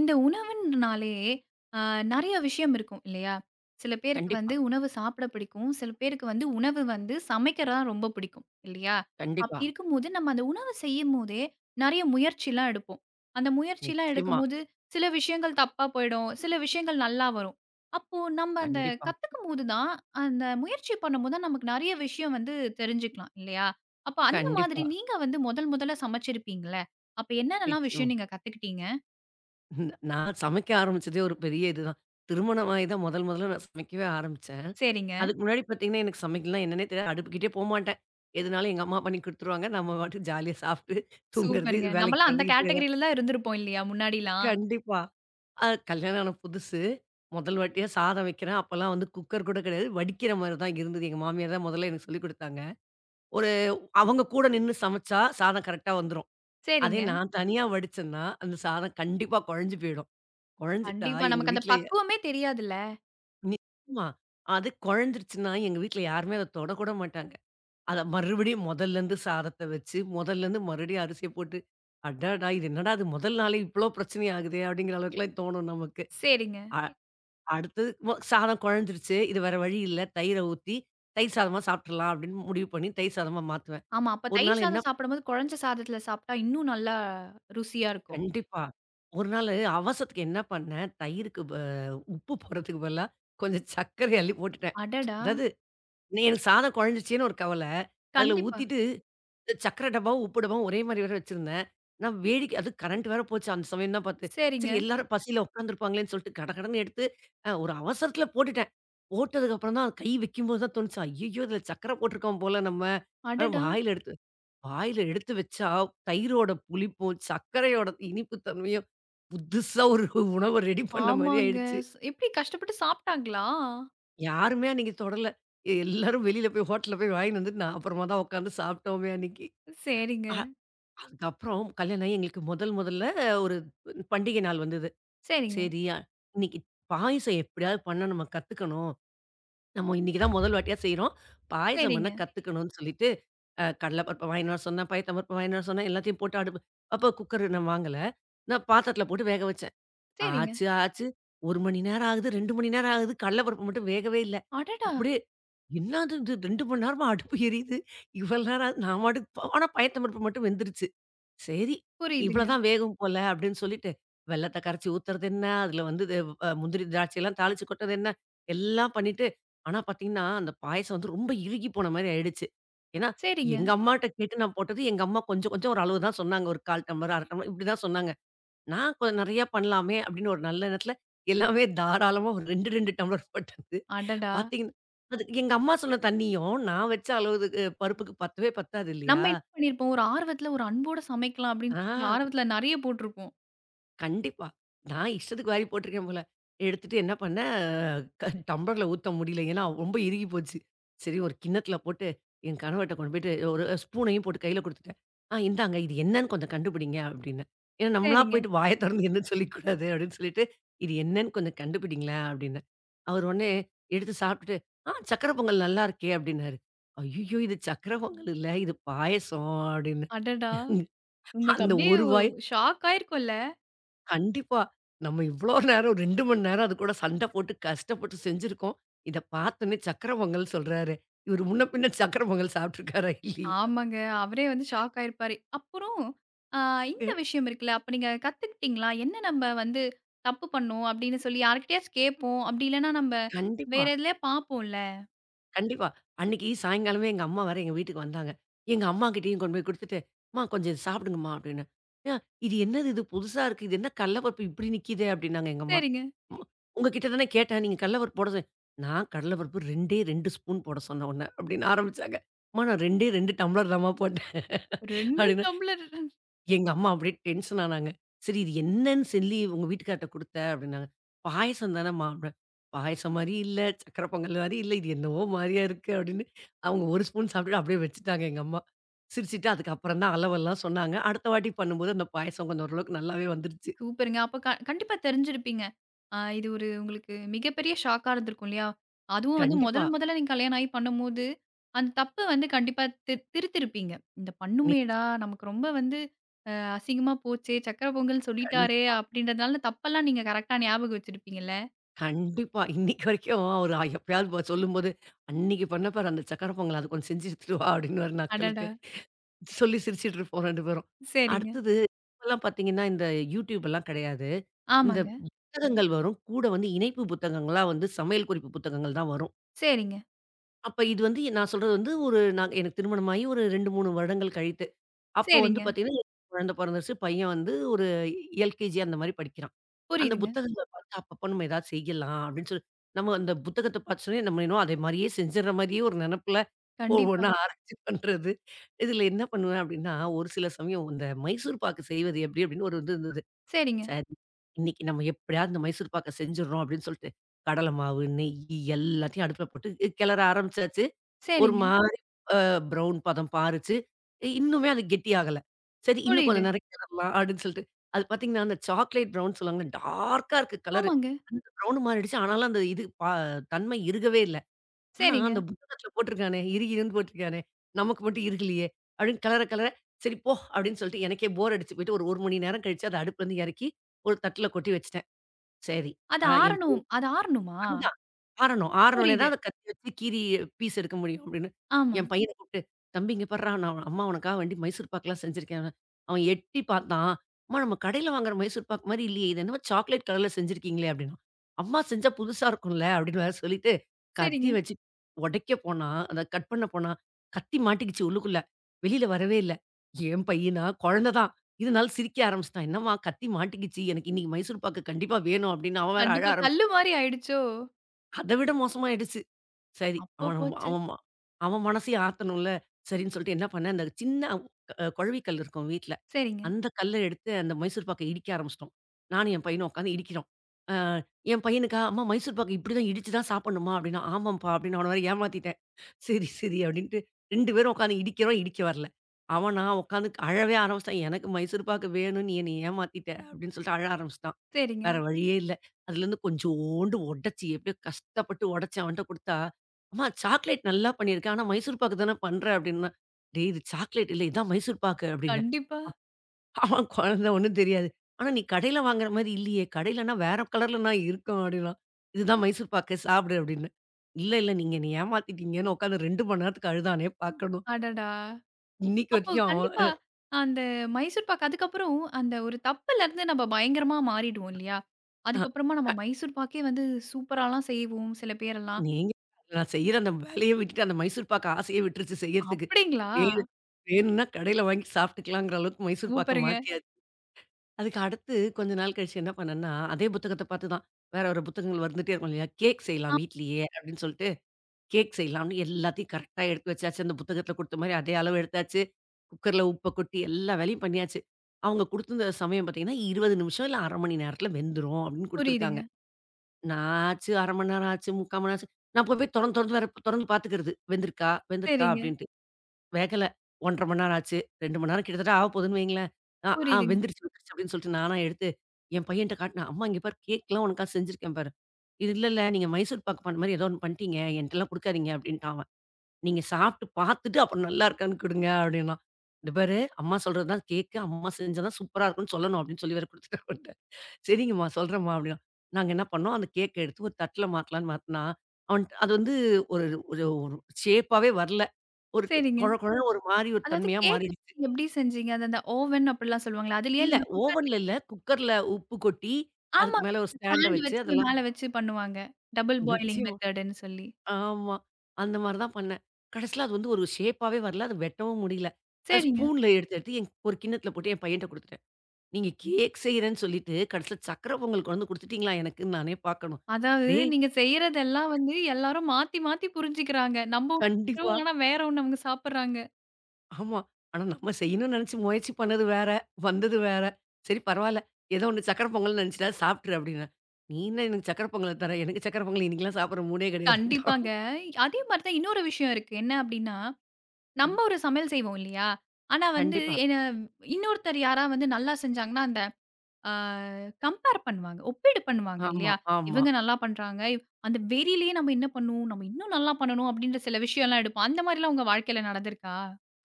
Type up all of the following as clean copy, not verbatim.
இந்த உணவுன்றனாலே அ நெறைய விஷயம் இருக்கும் இல்லையா? சில பேருக்கு வந்து கண்டிப்பா, உணவு சாப்பிட பிடிக்கும். சில பேருக்கு வந்து உணவு வந்து சமைக்கிறதா ரொம்ப பிடிக்கும் இல்லையா? கண்டிப்பா. அப்படி இருக்கும்போது நம்ம அந்த உணவு செய்யும்போதே நெறைய முயற்சிலாம் எடுப்போம். அந்த முயற்சிலாம் நிச்சயமா. எடுக்கும்போது சில விஷயங்கள் தப்பா போயிடும். சில விஷயங்கள் நல்லா வரும். அப்போ நம்ம அந்த கண்டிப்பா, கத்துக்கும்போது தான் அந்த முயற்சி பண்ணும்போது தான் நமக்கு நெறைய விஷயம் வந்து தெரிஞ்சுக்கலாம் இல்லையா? அப்ப அந்த மாதிரி கண்டிப்பா. நீங்க வந்து முதல் முதல்ல சமைச்சிருப்பீங்கல்ல? அப்ப என்னென்னலாம் விஷயம் நிச்சயமா. நீங்க கத்துக்கிட்டீங்க? நான் சமைக்க ஆரம்பிச்சதே ஒரு பெரிய இதுதான். திருமணமாகி தான் முதல் முதல்ல நான் சமைக்கவே ஆரம்பிச்சேன். சரிங்க. அதுக்கு முன்னாடி பார்த்தீங்கன்னா, எனக்கு சமைக்கலாம் என்னன்னே தெரியாது. அடுப்புக்கிட்டே போமாட்டேன். எதுனாலும் எங்க அம்மா பண்ணி குடுத்துருவாங்க. நம்ம பாட்டுக்கு ஜாலியா சாப்பிட்டு தூங்குறது, சூப்பருங்க. வேலைக்கு நம்மலாம் அந்த போறது இதேதான். கேட்டகரில தான் இருந்திருப்போம் இல்லையா? முன்னாடிலாம். கண்டிப்பா. கல்யாணம் ஆன புதுசு. முதல் வாட்டியா சாதம் வைக்கிறேன். அப்பலாம் வந்து குக்கர் கூட கிடையாது. வடிக்கிற மாரி தான் இருந்தது. எங்க மாமியார் தான் முதல்ல எனக்கு சொல்லிக் குடுத்தாங்க. ஒரு அவங்க கூட நின்னு சமைச்சா சாதம் கரெக்ட்டா வந்துரும். அதே சரிங்க. நான் தனியா வடிச்சேன்னா, அந்த சாதம் கண்டிப்பா குழஞ்சு போயிடும். குழஞ்சிட்டா கண்டிப்பா. எங்க நமக்கு அந்த வீட்ல பக்குவமே தெரியாதுல்ல. நிச்சயமா. அது குழஞ்சிருச்சுன்னா, எங்க வீட்ல யாருமே அத தொடக்கூட மாட்டாங்க. அத மறுபடியும் மொதல்லருந்து சாதத்த வச்சு, மொதல்லருந்து மறுபடியும் அரிசிய போட்டு, அடடா! இது என்னடா இது முதல் நாளே இவ்ளோ பிரச்சனை ஆகுதே! அப்படிங்கிற அளவுக்குலாம் தோணும் நமக்கு. சரிங்க. அ அடுத்தது சாதம் குழஞ்சிருச்சு. இது வேற வழி இல்ல. தயிர ஊத்தி, தயிர் சாதமா சாப்ட்டுறலாம் அப்படின்னு முடிவு பண்ணி, தயிர் சாதமா மாத்துவேன். ஆமா. அப்ப ஒரு தயிர் நாள் என்ன சாதம் சாப்பிடும்போது குழஞ்ச சாதத்துல சாப்பிட்டா இன்னும் நல்லா ருசியா இருக்கும். கண்டிப்பா. ஒரு நாளு அவசரத்துக்கு என்ன பண்ணேன், தயிருக்கு உப்பு போடுறதுக்கு பதிலா, கொஞ்சம் சர்க்கரைய அள்ளி போட்டுட்டேன். அடடா! அதாவது நீ எனக்கு சாதம் குழஞ்சிருச்சேன்னு ஒரு கவல. அதில கண்டிப்பா. ஊத்திட்டு இந்த சர்க்கரை டப்பாவும், உப்பு டப்பாவும் ஒரே மாரி வேற வச்சிருந்தேன். நான் வேடிக்கை அது கரண்ட் வேற போச்சு அந்த சமயம் தான் பார்த்து. சரி சரிங்க. எல்லாரும் பசியில உட்காந்துருப்பாங்களேன்னு சொல்லிட்டு கடகடன்னு எடுத்து ஒரு அவசரத்தில போட்டுட்டேன். போட்டதுக்கு அப்புறம் தான் கை வைக்கும்போது தான் தோணுச்சு, ஐய்யயோ! இதில சர்க்கரை போட்டுருக்கோம் போல நம்ம. அ அடடா! வாயில எடுத்து வாயில எடுத்து வச்சா, தயிரோட புளிப்பும், சர்க்கரையோட இனிப்பு தன்மையும், புதுசா ஒரு உணவ ரெடி பண்ண மாரி ஆமாங்க. ஆயிடுச்சு. எப்படி கஷ்டப்பட்டு சாப்பிட்டாங்களா? யாருமே அன்னைக்கு தொடல. எல்லாரும் வெளியில போய் ஹோட்டல்ல போய் வாங்கின்னு வந்து, நான் அப்புறமா தான் உட்காந்து சாப்பிட்டோமே அன்னைக்கு. சரிங்க. அ அதுக்கப்புறம் கல்யாணம் ஆகி எங்களுக்கு முதல் முதல்ல ஒரு பண்டிகை நாள் வந்தது. சரிங்க. சரி, இன்னைக்கு பாயசம் எப்படியாவது பண்ண நம்ம கத்துக்கணும். நம்ம இன்னைக்கு தான் முதல் வாட்டியா செய்றோம். பாயசம் சரிங்க. பண்ண கத்துக்கணும்னு சொல்லிட்டு கடல பருப்பு வாங்கின்னு வர சொன்னேன், பயத்தம்பருப்பு வாங்கின்னு வர சொன்னேன். எல்லாத்தையும் போட்டு அடுப்பு அப்போ குக்கர் நான் வாங்கல. நான் பாத்திரத்தில போட்டு வேக வச்சேன். சரிங்க. ஆச்சு, ஆச்சு. 1 மணி நேரம் ஆகுது, 2 மணி நேரம் ஆகுது. கடல பருப்பு மட்டும் வேகவே இல்ல. அடடா! அப்படியே என்னது இது 2 மணி நேரமா அடுப்பு எரியுது. இவ்வளோ நேரம் ஆகுது. நான் பாட்டுக்கு ஆனா பயத்தம்பருப்பு மட்டும் வெந்துருச்சு. சரி. புரியுதுங்க. இவ்வளதான் வேகும் போல அப்படின்னு சொல்லிட்டு, வெல்லத்த கரைச்சு ஊத்துறது என்ன, அதுல வந்து இது முந்திரி, திராட்சைலாம் தாளிச்சு கொட்டுறது என்ன, எல்லாம் பண்ணிட்டு, ஆனா பார்த்தீங்கன்னா, அந்த பாயாசம் வந்து ரொம்ப இறுகி போன மாரி ஆயிடுச்சு. ஏன்னா, சரிங்க. எங்க அம்மாட்ட கேட்டு நான் போட்டது, எங்க அம்மா கொஞ்சம் கொஞ்சம் ஒரு அளவு தான் சொன்னாங்க. ஒரு 1/4 டம்ளர், 1/2 டம்ளர் இப்படி தான் சொன்னாங்க. நான் கொ நெறையா பண்ணலாமே அப்படின்னு ஒரு நல்ல எண்ணத்துல, எல்லாமே தாராளமா ஒரு 2, 2 டம்ளர் போட்டது. அடடா! பார்த்தீங்கன்னா, அது எங்க அம்மா சொன்ன தண்ணியும், நான் வச்ச அளவுக்கு பருப்புக்கு பத்தவே பத்தாது இல்லையா? நம்ம என்ன பண்ணியிருப்போம்? ஒரு ஆர்வத்துல ஒரு அன்போட சமைக்கலாம் அப்படின்னு சொல்லி ஆ. ஆர்வத்துல நெறைய போட்டிருப்போம். கண்டிப்பா. நான் இஷ்டத்துக்கு வாரி போட்டுருக்கேன் போல. எடுத்துட்டு என்ன பண்ணேன், டம்ளர்ல ஊத்த முடியல. ஏன்னா ரொம்ப இறுகி போச்சு. சரி ஒரு கிண்ணத்துல போட்டு என் கணவர்ட்ட கொண்டு போயிட்டு ஒரு ஸ்பூனையும் போட்டு கையில குடுத்துட்டேன். "ஆ இந்தாங்க இது என்னன்னு கொஞ்சம் கண்டுபிடிங்க" அப்டின்னேன். ஏன்னா நம்மளா சரிங்க. போயிட்டு வாய தொறந்து என்ன சொல்லிக்கூடாது அப்டின்னு சொல்லிட்டு, "இது என்னன்னு கொஞ்சம் கண்டுபிடிங்களேன்" அப்டின்னேன். அவர் உடனே எடுத்து சாப்ட்டுட்டு, "ஆ சர்க்கரை பொங்கல் நல்லா இருக்கே" அப்டின்னாரு. "ஐய்யய்யோ! இது சர்க்கரை பொங்கல் இல்ல, இது பாயாசம்" அப்டின்னு. அடடா! உங்களுக்கு அந்த அப்படியே ஒரு வாய் ஷாக் ஆயிருக்கும்ல. கண்டிப்பா. நம்ம இவ்ளோ நேரம் 2 மணி நேரம் அது கூட சண்ட போட்டு கஷ்டப்பட்டு செஞ்சிருக்கோம். இத பார்த்தோனே சக்கர பொங்கல் சொல்றாரு. இவரு முன்ன பின்ன சக்கர பொங்கல் சாப்ட்டுருக்காரா இல்லையா? ஆமாங்க. அவரே வந்து ஷாக் ஆயிருப்பாரு. அப்புறம் அ இந்த விஷயம் இருக்குல்ல, அப்ப நீங்க கத்துக்கிட்டீங்களா? என்ன நம்ப வந்து தப்பு பண்ணோம் அப்படின்னு சொல்லி யார்கிட்டயாச்சும் கேட்போம். அப்படி இல்லன்னா நம்ப வேற கண்டிப்பா, எதுலயா பார்ப்போம்ல. கண்டிப்பா. அன்னைக்கு சாயங்காலமே எங்க அம்மா வேற எங்க வீட்டுக்கு வந்தாங்க. எங்க அம்மாகிட்டயும் கொண்டு போய் குடுத்துட்டு, "அம்மா கொஞ்சம் இத சாப்பிடுங்கம்மா" அப்டின்னேன். "ஏன் இது என்னது இது புதுசா இருக்கு. இது என்ன கடல பருப்பு இப்டி நிக்கிதே?" அப்டின்னாங்க எங்க அம்மா. சரிங்க. "அம்மா உங்ககிட்ட தானே கேட்டேன். நீங்க கடல பருப்பு போட சொன்" "நான் கடல பருப்பு 2டே 2 ஸ்பூன் போட சொன்னேன் உன்ன" அப்டின்னு ஆரம்பிச்சாங்க. "அம்மா நான் 2டே 2 டம்ளர் தாம்மா போட்டேன்." 2 அப்படின்னு. டம்ளர். எங்க அம்மா அப்படியே டென்ஷன் ஆனாங்க. "சரி இது என்னன்னு சொல்லி உங்க வீட்டுக்கார்ட்ட குடுத்த?" அப்படின்னாங்க. "பாயாசம் தானம்மா" அப்படின். "பாயாசம் மாரி இல்ல, சக்கரை பொங்கல் மாரி இல்ல. இது என்னவோ மாரியா இருக்கு" அப்படின்னு. அவங்க ஒரு ஸ்பூன் சாப்பிட்டுட்டு அப்படியே வச்சுட்டாங்க எங்க அம்மா. சிரிச்சுட்டு அதுக்கப்புறம் தான் அளவெல்லாம் சொன்னாங்க. அடுத்த வாட்டி பண்ணும்போது அந்த பாயாசம் கொஞ்சம் ஓரளவுக்கு நல்லாவே வந்துருச்சு. சூப்பருங்க. அப்ப க கண்டிப்பா தெரிஞ்சிருப்பீங்க. இது ஒரு உங்களுக்கு மிகப்பெரிய ஷாக்கா இருந்திருக்கும் இல்லையா? அதுவும் வந்து முதல் கண்டிப்பா. முதல்ல நீங்க கல்யாணம் ஆகி பண்ணும்போது, அந்த தப்ப வந்து கண்டிப்பா திருத்திருப்பீங்க. இந்த நீ பண்ணுமேடா! நமக்கு ரொம்ப வந்து அசிங்கமா போச்சே! சக்கர பொங்கல் சொல்லிட்டாரே! கண்டிப்பா, அப்டின்றதுனால தப்பெல்லாம் நீங்க கரெக்ட்டா ஞாபகம் வச்சிருப்பீங்கல்ல? கண்டிப்பா. இன்னைக்கு வரைக்கும் அவரு எப்பயாவது சொல்லும்போது, "அன்னைக்கு பண்ண பாரு அந்த சக்கரை பொங்கல், அது கொஞ்சம் செஞ்சு எடுத்துட்டு வா" அப்படின்னுவாரு நக்கலுக்கு. அடடா! சொல்லி சிரிச்சுட்டு இருப்போம் 2 பேரும். சரிங்க. அடுத்தது இப்பலாம் பார்த்தீங்கன்னா, இந்த YouTube எல்லாம் கிடையாது. இந்த ஆமாங்க. புத்தகங்கள் வரும். கூட வந்து இணைப்பு புத்தகங்களா வந்து சமையல் குறிப்பு புத்தகங்கள் தான் வரும். சரிங்க, அப்ப இது வந்து நான் சொல்றது வந்து ஒரு நான் எனக்கு திருமணமாகி ஒரு 2, 3 வருடங்கள் கழித்து. அப்போ வந்து சரிங்க. பார்த்தீங்கன்னா, குழந்தை பொறந்துருச்சு. பையன் வந்து ஒரு எல்கேஜி அந்த மாரி படிக்கிறான். அந்த புரியுதுங்க. புத்தகங்கள பார்த்து அப்பப்போ நம்ம ஏதாவது செய்யலாம் அப்படின்னு சொல்லி நம்ம அந்த புத்தகத்த பார்த்த உடனே நம்ம என்னமோ அதே மாரியே செஞ்சுடுற மாரியே ஒரு நெனப்பு. கண்டிப்பா. ஒவ்வொன்னா ஆராய்ச்சி பண்றது. இதில என்ன பண்ணுவேன் அப்டின்னா, ஒரு சில சமயம் இந்த மைசூர் பாக்கு செய்வது எப்டி அப்டின்னு ஒரு இது இருந்தது. சரிங்க, சரி, இன்னைக்கு நம்ம எப்டியாவது இந்த மைசூர் பாக்க செஞ்சுர்றோம் அப்டின்னு சொல்லிட்டு, கடல மாவு, நெய்யி எல்லாத்தையும் அடுப்புல போட்டு கிளற ஆரம்பிச்சாச்சு. ஒரு சரிங்க. மாரி ப்ரவுன் பதம் பாருச்சு. இன்னுமே அது கெட்டியாகல. சரி இன்னும் கொஞ்ச புரியுது. நேரம் கிளறலாம் அப்டின்னு சொல்லிட்டு, அது பார்த்தீங்கன்னா, அந்த சாக்லேட் ப்ரவுன் சொல்லுவாங்கல்ல டார்க்கா இருக்கு கலரு. ஆமாங்க. அந்த ப்ரவுன் மாறிடுச்சு. ஆனாலும் அந்த இது தன்மை இருக்கவே இல்ல. ஆனா, சரிங்க. அந்த புத்தகத்தில போட்டிருக்கானே, "இருகிருன்னு" போட்டிருக்கானே, நமக்கு மட்டும் இருக்கலையே! அப்படின்னு கெளற, கெளற "சரி போ" அப்படின்னு சொல்லிட்டு எனக்கே போர் அடிச்சு போயிட்டு ஒரு 1 மணி நேரம் கழிச்சு அத அடுப்புலருந்து இறக்கி, ஒரு தட்டில கொட்டி வச்சுட்டேன். சரி. அது ஆ என் ஆறணும் அது ஆறணுமா? பையன் ஆறணும். ஆறுனோனே புரியுது. தான் அத கத்தி வச்சு கீறி பீஸ் எடுக்க முடியும் அப்படின்னு. ஆமா. என் பையன கூப்ட்டு, "தம்பி இங்க பார்றா, நான் அம்மா உனக்காக வேண்டி மைசூர் பாக்குலாம் செஞ்சிருக்கேன்." அவன் எட்டி பார்த்தான். "அம்மா நம்ம கடையில வாங்குற மைசூர் பாக்கு மாரி இல்லையே. இது என்னமோ சாக்லேட் கலர்ல செஞ்சிருக்கீங்களே" அப்படின்னான். "அம்மா செஞ்சா புதுசா இருக்கும்ல" அப்படின்னு வேற சொல்லிட்டு, சரிங்க. கத்தி வச்சு உடைக்க போனா, அத கட் பண்ண போனா, கத்தி மாட்டிக்கிச்சு உள்ளுக்குள்ள. வெளியில வரவே இல்ல. என் பையனா குழந்த தான். இருந்தாலும் சிரிக்க ஆரம்பிச்சுட்டான். "என்னம்மா கத்தி மாட்டிக்கிச்சு. எனக்கு இன்னைக்கு மைசூர் பாக்கு கண்டிப்பா வேணும்" அப்படின்னு அவன் வேற அழ கண்டிப்பா கல்லு ஆரம்பிச்சுட்டான். மாரி ஆயிடுச்சோ! அத விட மோசமாயிடுச்சு. சரி அப்போ போச்சு. அவன் ம அவன் மனசையும் ஆத்தணும்ல. சரின்னு சொல்லிட்டு என்ன பண்ணேன், அந்த சின்ன குழவி கல் இருக்கும் வீட்ல. சரிங்க, அந்த கல்ல எடுத்து அந்த மைசூர் பாக்க இடிக்க ஆரம்பிச்சுட்டோம். நானும் என் பையனும் உட்காந்து இடிக்கிறோம். அ என் பையனுக்கா, "அம்மா மைசூர் பாக்கு இப்படிதான் இடிச்சு தான் சாப்பிடணுமா?" அப்படின்னா, "ஆமாம்ப்பா" அப்படின்னு அவன வேற ஏமாத்திட்டேன். சரி, சரி அப்படின்ட்டு 2 பேரும் உட்காந்து இடிக்கிறோம், இடிக்க வரல. அவனா உட்காந்து அழவே ஆரம்பிச்சுட்டான். "எனக்கு மைசூர் பாக்கு வேணும்னு நீ என்னைய ஏமாத்திட்ட" அப்படின்னு சொல்லிட்டு அழ ஆரம்பிச்சுட்டான். சரிங்க. வேற வழியே இல்ல. அதுலேருந்து கொஞ்சோண்டு உடைச்சு, எப்படியோ கஷ்டப்பட்டு உடைச்சு அவன்ட்ட குடுத்தா, "அம்மா சாக்லேட் நல்லா பண்ணியிருக்கேன். ஆனா மைசூர் பாக்கு தானே பண்ற" அப்படின்னா, "டேய் இது சாக்லேட் இல்ல. இதான் மைசூர் பாக்கு" அப்படின்னேன். கண்டிப்பா. அவன் குழந்த ஒண்ணும் தெரியாது. "ஆனா நீ கடையில வாங்குற மாரி இல்லையே. கடையிலனா வேற கலர்லனா இருக்கும்" அப்படின்னான். "இதுதான் மைசூர் பாக்கு. சாப்பிடு" அப்படின்னேன். "இல்ல, இல்ல. நீங்க என்னைய ஏமாத்திட்டீங்கன்னு" உட்காந்து 2 மணி நேரத்துக்கு அழுதானே பார்க்கணும். அடடா! இன்னைக்கு அப்போ வரைக்கும் அவன் கண்டிப்பா அந்த மைசூர் பாக்கு அதுக்கப்புறம் அந்த ஒரு தப்புலருந்து நம்ம பயங்கரமா மாறிடுவோம் இல்லையா? அ. அதுக்கப்புறமா நம்ம மைசூர் பாக்கே வந்து சூப்பராலாம் செய்வோம் சில பேரெல்லாம். நீங்க நான் செய்ற அந்த வேலைய விட்டுட்டு, அந்த மைசூர் பாக்கு ஆசையே விட்டுருச்சு செய்யறதுக்கு. அப்படிங்களா? வேணு வேணும்னா கடையில வாங்கி சாப்பிட்டுக்கலாங்கிற அளவுக்கு மைசூர் பாக்க சூப்பருங்க. மாத்தியாச்சு. அதுக்கு அடுத்து கொஞ்ச நாள் கழிச்சு என்ன பண்ணேன்னா, அதே புத்தகத்த பார்த்து தான் வேற ஒரு புத்தகங்கள் வந்துட்டே இருக்கும் இல்லையா? கேக் ஆ செய்யலாம் வீட்லயே அப்படின்னு சொல்லிட்டு, கேக் செய்யலாம்னு எல்லாத்தையும் கரெக்ட்டா எடுத்து வச்சாச்சு. அந்த புத்தகத்துல குடுத்த மாரி அதே அளவு எடுத்தாச்சு. குக்கர்ல உப்ப கொட்டி எல்லா வேலையும் பண்ணியாச்சு. அவங்க குடுத்திருந்த சமயம் பார்த்தீங்கன்னா, 20 நிமிஷம் இல்ல 1/2 மணி நேரத்துல வெந்துரும் அப்படின்னு குடுத்துருக்காங்க. புரியுதுங்க. நான் ஆச்சு 1/2 மணி நேரம் ஆச்சு, 3/4 மணி நேரம் ஆச்சு. நான் போய் போய் தொறந்து தொறந்து வேற தொறந்து பார்த்துக்கிறது. வெந்திருக்கா, வெந்திருக்கா சரிங்க, அப்டின்ட்டு. வேகல. 1 1/2 மணி நேரம் ஆச்சு. 2 மணி நேரம் கிட்டத்தட்ட ஆக போதுன்னு வைங்களேன். ஆ, ஆ புரியுதுங்க. வெந்துருச்சு வெந்துருச்சு அப்டின்னு சொல்லிட்டு நானா எடுத்து என் பையன்ட்ட காட்டுனேன். அம்மா இங்க பாரு கேக்லாம் உனக்காக செஞ்சிருக்கேன் பாரு. இது இல்லல்ல நீங்க மைசூர் பாக்கு பண் மாரி ஏதோ ஒண்ணு பண்ணிட்டீங்க. என்ட்டலாம் குடுக்காதீங்க அப்டின்ட்டான் அவன். நீங்க சாப்ட்டு பார்த்துட்டு அப்புறம் நல்லா இருக்கான்னு குடுங்க அப்டின்னான். இந்த பாரு அம்மா சொல்றது தான் கேக்கு. அம்மா செஞ்சா தான் சூப்பரா இருக்கும்னு சொல்லணும் அப்டின்னு சொல்லி வேற குடுத்துட்டேன் அவன்ட்ட. சரிங்கம்மா, சொல்றேம்மா அப்டின்னா. நாங்க என்ன பண்ணோம், அந்த கேக்க எடுத்து ஒரு தட்ல மாத்தலான்னு மாத்துனா, அவன் அது வந்து ஒரு ஒரு ஒரு ஷேப்பாவே வரல. ஒரு சரிங்க. கொழ கொழன்னு ஒரு மாரி ஒரு அதாவது தன்மையா கேக் மாறிடுச்சு. எப்படி செஞ்சீங்க? அது அந்த ஓவன் அப்படிலாம் சொல்லுவாங்கல்ல. அதுலயே இல்ல இந்த குக்கர்லயே ஓவன்ல இல்ல, குக்கர்ல உப்பு கொட்டி, ஆமா. அதுக்கு மேல ஒரு ஸ்டாண்ட ஸ்டாண்ட் வச்சு வச்சு அதெல்லாம் மேல வச்சு பண்ணுவாங்க. டபுள் பாயிலிங் நிச்சயமா. மெத்தடுன்னு சொல்லி. ஆமா. அந்த மாரி தான் பண்ணேன். கடைசில அது வந்து ஒரு ஷேப்பாவே வரல. அது வெட்டவும் முடியல. அது சரிங்க. ஸ்பூன்ல எடுத்து எடுத்து என் ஒரு கிண்ணத்துல போட்டு என் பையன்ட்ட குடுத்துட்டேன். நீங்க கேக் செய்றேன்னு சொல்லிட்டு, கடைசில சர்க்கரை பொங்கல் கொண்டு வந்து குடுத்துட்டீங்களா எனக்குன்னு நானே பார்க்கணும். அதாவது டேய்! நீங்க செய்றதெல்லாம் வந்து எல்லாரும் மாத்தி, மாத்தி புரிஞ்சுக்கிறாங்க. நம்ம ஒண்ணு செய்றோம், கண்டிப்பா. ஆனா வேற ஒண்ணு அவங்க சாப்பிடுறாங்க. ஆமா. ஆனா நம்ம செய்யணும்னு நெனச்சு முயற்சி பண்ணது வேற, வந்தது வேற. சரி பரவால்ல. ஏதோ ஒண்ணு சக்கர பொங்கல்னு நெனச்சுட்டா சாப்ட்டுரு அப்டின்னேன். நீ என்ன எனக்கு சக்கர பொங்கல தர? எனக்கு சக்கர பொங்கல் இன்னைக்குலாம் சாப்பிடுற மூடே கிடையாதுன்ட்டான். கண்டிப்பாங்க. அதே மாரி தான் இன்னொரு விஷயம் இருக்கு. என்ன அப்டின்னா, நம்ம ம். ஒரு சமையல் செய்வோம் இல்லையா? ஆனா வந்து கண்டிப்பா. என்ன இன்னொருத்தர் யாரா வந்து நல்லா செஞ்சாங்கன்னா, அந்த அ கம்பேர் பண்ணுவாங்க. ஒப்பீடு பண்ணுவாங்க ஆமா, இல்லையா? ஆமா. இவங்க நல்லா பண்றாங்க. இவ்- அந்த வெறியிலேயே நம்ம என்ன பண்ணுவோம்? நம்ம இன்னும் நல்லா பண்ணணும் அப்டின்ற சில விஷயம்லாம் எடுப்போம். அந்த மாரிலாம் உங்க வாழ்க்கையில நடந்திருக்கா?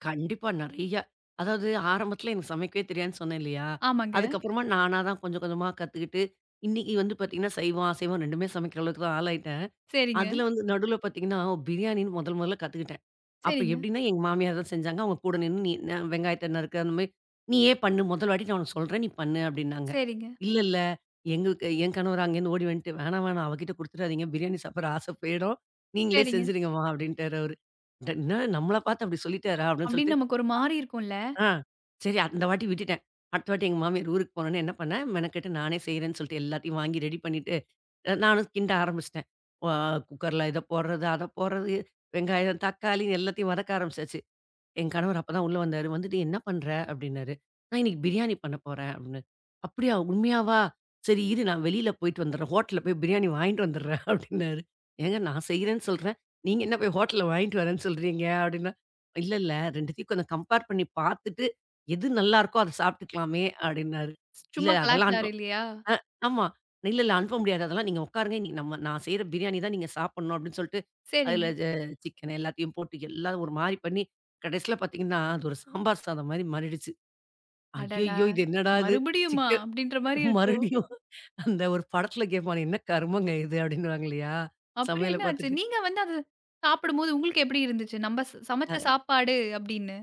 கண்டிப்பா நெறைய. அதாவது ஆரம்பத்துல எனக்கு சமைக்கவே தெரியாதுன்னு சொன்னேன் இல்லையா? ஆமாங்க. அதுக்கப்புறமா நானா தான் கொஞ்சம் கொஞ்சமா கத்துக்கிட்டு, இன்னைக்கு வந்து பாத்தீங்கன்னா, சைவம், அசைவம் 2மே சமைக்கிற அளவுக்கு தான் ஆளாயிட்டேன். சரிங்க, அதுல வந்து நடுவுல பாத்தீங்கன்னா, பிரியாணின்னு முதல் முதல்ல கத்துக்கிட்டேன். அப்ப சரிங்க, எப்படின்னா, எங்க மாமியார் தான் செஞ்சாங்க. அவங்க கூட நின்னு, "நீ வெங்காயத்த நறுக்க அந்த மாரி நீயே பண்ணு. முதல் வாட்டி நான் உனக்கு சொல்றேன். நீ பண்ணு" அப்படின்னாங்க. சரிங்க, "இல்ல, இல்ல எங்களுக்கு என் கணவர் அங்கேருந்து ஓடி வந்துட்டு, வேணாம், வேணாம் அவகிட்ட குடுத்துடாதீங்க. பிரியாணி சாப்பிடுற ஆசை போயிடும். நீங்களே சரிங்க செஞ்சுடுங்கம்மா" அப்படின்ட்டாரு அவரு. என்ன நம்மள பார்த்து அப்படி சொல்லிட்டாரா? அப்படின்னு அப்டின்னு சொல்லிட்டு, நமக்கு ஒரு மாரி இருக்கும்ல. ஆ சரி அந்த வாட்டி விட்டுட்டேன். அடுத்த வாட்டி எங்க மாமியார் ஊருக்கு போனோனே என்ன பண்ணேன், மெனக்கெட்டு நானே செய்றேன்னு சொல்லிட்டு எல்லாத்தையும் வாங்கி ரெடி பண்ணிட்டு, நானும் கிண்ட ஆரம்பிச்சுட்டேன். அ குக்கர்ல இத போடுறது, அத போடுறது, வெங்காயம், தக்காளி எல்லாத்தையும் வதக்க ஆரம்பிச்சாச்சு. என் கணவர் அப்பதான் உள்ள வந்தாரு. வந்துட்டு "என்ன பண்ற?" அப்படின்னாரு. "நான் இன்னைக்கு பிரியாணி பண்ண போறேன்" அப்படின்னு. "அப்படியா? உண்மையாவா? சரி இரு நான் வெளியில போயிட்டு வந்துடுறேன். ஹோட்டல்ல போய் பிரியாணி வாங்கிட்டு வந்துடுறேன்" அப்படின்னாரு. "ஏங்க நான் செய்றேன்னு சொல்றேன். நீங்க என்ன போய் ஹோட்டல்ல வாங்கிட்டு வரேன்னு சொல்றீங்க?" அப்படின்னா. "இல்ல, இல்ல 2த்தையும் கொஞ்சம் கம்பேர் பண்ணி பார்த்துட்டு, எது நல்லா இருக்கோ அத சாப்பிட்டுக்கலாமே" அப்படின்னாரு. "இல்ல சும்மா அதெல்லாம் கலாய்ச்சாரு இல்லையா? அ ஆமா. இல்ல, இல்ல அனுப்ப முடியாது. அதெல்லாம் நீங்க உட்காருங்க. நீ நம்ம நான் செய்ற பிரியாணி தான் நீங்க சாப்பிடணும் அப்படின்னு சொல்லிட்டு, அதில சரிங்க. சிக்கன் எல்லாத்தையும் போட்டு எல்லாம் ஒரு மாரி பண்ணி, கடைசியில பார்த்தீங்கன்னா, அது ஒரு சாம்பார் சாதம் மாரி மாறிடுச்சு. அடடா! ஐய்யய்யோ! இது என்னடா இது? மறுபடியுமா? சிக்கன் அப்படின்ற மாரி இருக்கும். மறுபடியும் அந்த ஒரு படத்தில கேட்பானே, "என்ன கருமங்க இது?" அப்படின்னுவாங்க இல்லையா? அப்புறம் சமையல என்ன ஆச்சு? பார்த்துட்டு. நீங்க வந்து அத சாப்பிடும்போது உங்களுக்கு எப்படி இருந்துச்சு? நம்ப ச சமைச்ச சாப்பாடு அப்படின்னு.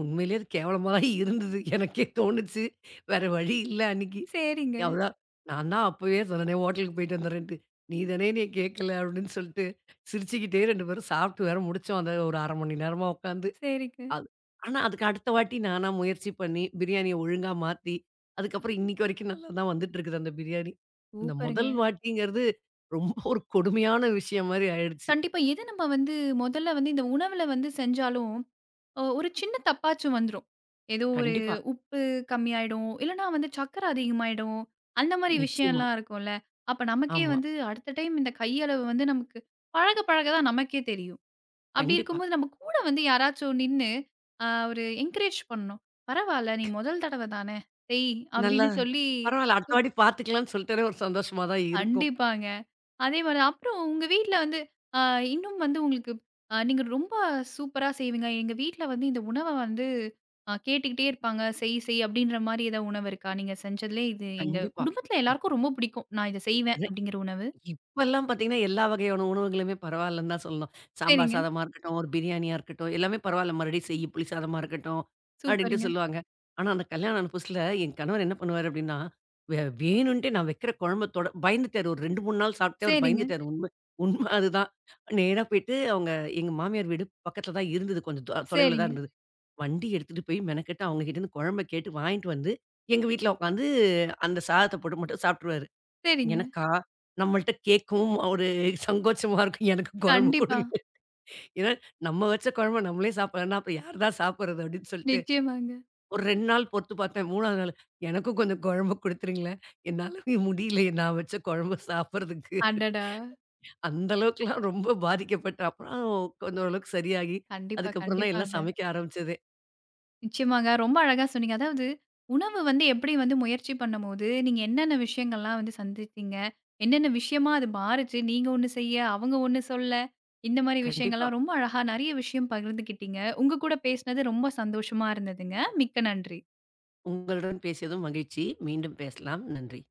உண்மையிலேயே அது கேவலமா தான் இருந்தது. எனக்கே தோணுச்சு. வேற வழி இல்ல அன்னைக்கு. சரிங்க, அதான் நான் தான் அப்பவே சொன்னேனே ஹோட்டலுக்கு போயிட்டு வந்துடுறேன்ட்டு. "நீ தானே என்னைய கேட்கல" அப்படின்னு சொல்லிட்டு சிரிச்சுக்கிட்டே 2 பேரும் சாப்பிட்டு வேற முடிச்சோம். அத ஒரு 1/2 மணி நேரமா உட்காந்து. சரிங்க. அது ஆனா அதுக்கு அடுத்த வாட்டி நானா முயற்சி பண்ணி, பிரியாணிய ஒழுங்கா மாத்தி, அதுக்கப்புறம் இன்னைக்கு வரைக்கும் நல்லா தான் வந்துட்டு இருக்குது அந்த பிரியாணி. அந்த சூப்பருங்க. முதல் வாட்டிங்கிறது ரொம்ப ஒரு கொடுமையான விஷயம் மாரி ஆயிடுச்சு. கண்டிப்பா எது நம்ம வந்து மொதல்ல வந்து இந்த உணவுல வந்து செஞ்சாலும், ஒரு சின்ன தப்பாச்சும் வந்துரும். ஏதோ ஒரு கண்டிப்பா. உப்பு கம்மியாயிடும், இல்லன்னா வந்து சர்க்கரை அதிகமாயிடும். அந்த மாரி நிச்சயமா. விஷயம்லாம் இருக்கும்ல. அப்ப நமக்கே ஆமா. வந்து அடுத்த டைம் இந்த கையளவு வந்து நமக்கு பழக பழக தான் நமக்கே தெரியும். அப்படி கண்டிப்பா. இருக்கும்போது நம்ம கூட வந்து யாராச்சும் நின்னு ஒரு என்கரேஜ் பண்ணணும். "பரவால்ல நீ முதல் தடவ தானே, செய்" நல்லா அப்படின்னு சொல்லி பரவால்ல. அடுத்த வாட்டி பார்த்துக்கலாம்ன்னு சொல்லிட்டாலே ஒரு சந்தோஷமா தான் இருக்கும். கண்டிப்பாங்க. அதே மாரி அப்புறம் உங்க வீட்ல வந்து அ இன்னும் வந்து உங்களுக்கு நீங்க ரொம்ப சூப்பரா செய்வீங்க. எங்க வீட்ல வந்து இந்த உணவ வந்து கேட்டுக்கிட்டே இருப்பாங்க. "செய் செய்" அப்படின்ற மாரி ஏதாவது உணவு இருக்கா? நீங்க செஞ்சதுலயே இது எங்க கண்டிப்பா. குடும்பத்தில ம். எல்லாருக்கும் ரொம்ப பிடிக்கும். நான் இத செய்வேன் அப்படிங்கிற உணவு. இப்பல்லாம் பார்த்தீங்கன்னா, எல்லா வகையான உணவுகளுமே பரவாயில்லன்னு தான் சொல்லணும். சாம்பார் சரிங்க. சாதமா இருக்கட்டும், ஒரு பிரியாணியா இருக்கட்டும், எல்லாமே பரவாயில்ல மறுபடியும் செய்யி புளி சாதமா இருக்கட்டும், அப்படின்ட்டு சூப்பருங்க. சொல்லுவாங்க. ஆனா, அந்த கல்யாணம் ஆன புதுசுல என் கணவர் என்ன பண்ணுவாரு அப்படின்னா, வேணுன்ட்டே நான் வைக்கிற குழம்ப தொட பயந்துட்டாரு. ஒரு 2, 3 நாள் சாப்பிட்டே அவரு சரிங்க, பயந்துட்டாரு. உண்ம உண்ம அதுதான். நேரா போயிட்டு அவங்க எங்க மாமியார் வீடு பக்கத்துல தான் இருந்தது. கொஞ்சம் சரிங்க, தொலைவில தான் சரிங்க, இருந்தது. வண்டி எடுத்துட்டு போய் மெனக்கெட்டு அவங்க கிட்டேருந்து குழம்ப கேட்டு வாங்கிட்டு வந்து, எங்க வீட்ல உட்காந்து அந்த சாதத்த போட்டு மட்டும் சாப்ட்டுருவாரு. சரிங்க. எனக்கா, நம்மள்ட்ட கேட்கவும் ஒரு சங்கோச்சமா இருக்கும். எனக்கு குழம்பு கண்டிப்பா. குடுங்க. ஏன்னா, நம்ம வச்ச குழம்ப நம்மளே சாப்பிடலன்னா, அப்புறம் யார் தான் சாப்பிடுறது அப்படின்னு சொல்லிட்டு, நிச்சயமாங்க. ஒரு 2 நாள் பொறுத்து பார்த்தேன். 3வது நாள் எனக்கும் கொஞ்சம் குழம்பு குடுத்துருங்களேன். என்னால இது முடியல நான் வச்ச குழம்பு சாப்பிடுறதுக்கு. அடடா! அந்த அளவுக்குலாம் ரொம்ப பாதிக்கப்பட்டேன். அப்புறம் கொஞ்சம் ஓரளவுக்கு சரியாகி, கண்டிப்பா, அதுக்கப்புறம் தான் எல்லாம் கண்டிப்பாங்க. சமைக்க ஆரம்பிச்சதே. நிச்சயமாங்க. ரொம்ப அழகா சொன்னீங்க. அதாவது உணவு வந்து எப்படி வந்து முயற்சி பண்ணும்போது, நீங்க என்னென்ன விஷயங்கள்லாம் வந்து சந்தித்தீங்க? என்னென்ன விஷயமா அது மாறுச்சு? நீங்க ஒண்ணு செய்ய, அவங்க ஒண்ணு சொல்ல, இந்த மாரி கண்டிப்பா. விஷயங்கள்லாம் ரொம்ப அழகா நெறைய விஷயம் பகிர்ந்துக்கிட்டீங்க. உங்க கூட பேசினது ரொம்ப சந்தோஷமா இருந்ததுங்க. மிக்க நன்றி. உங்களுடன் பேசியதும் மகிழ்ச்சி. மீண்டும் பேசலாம். நன்றி.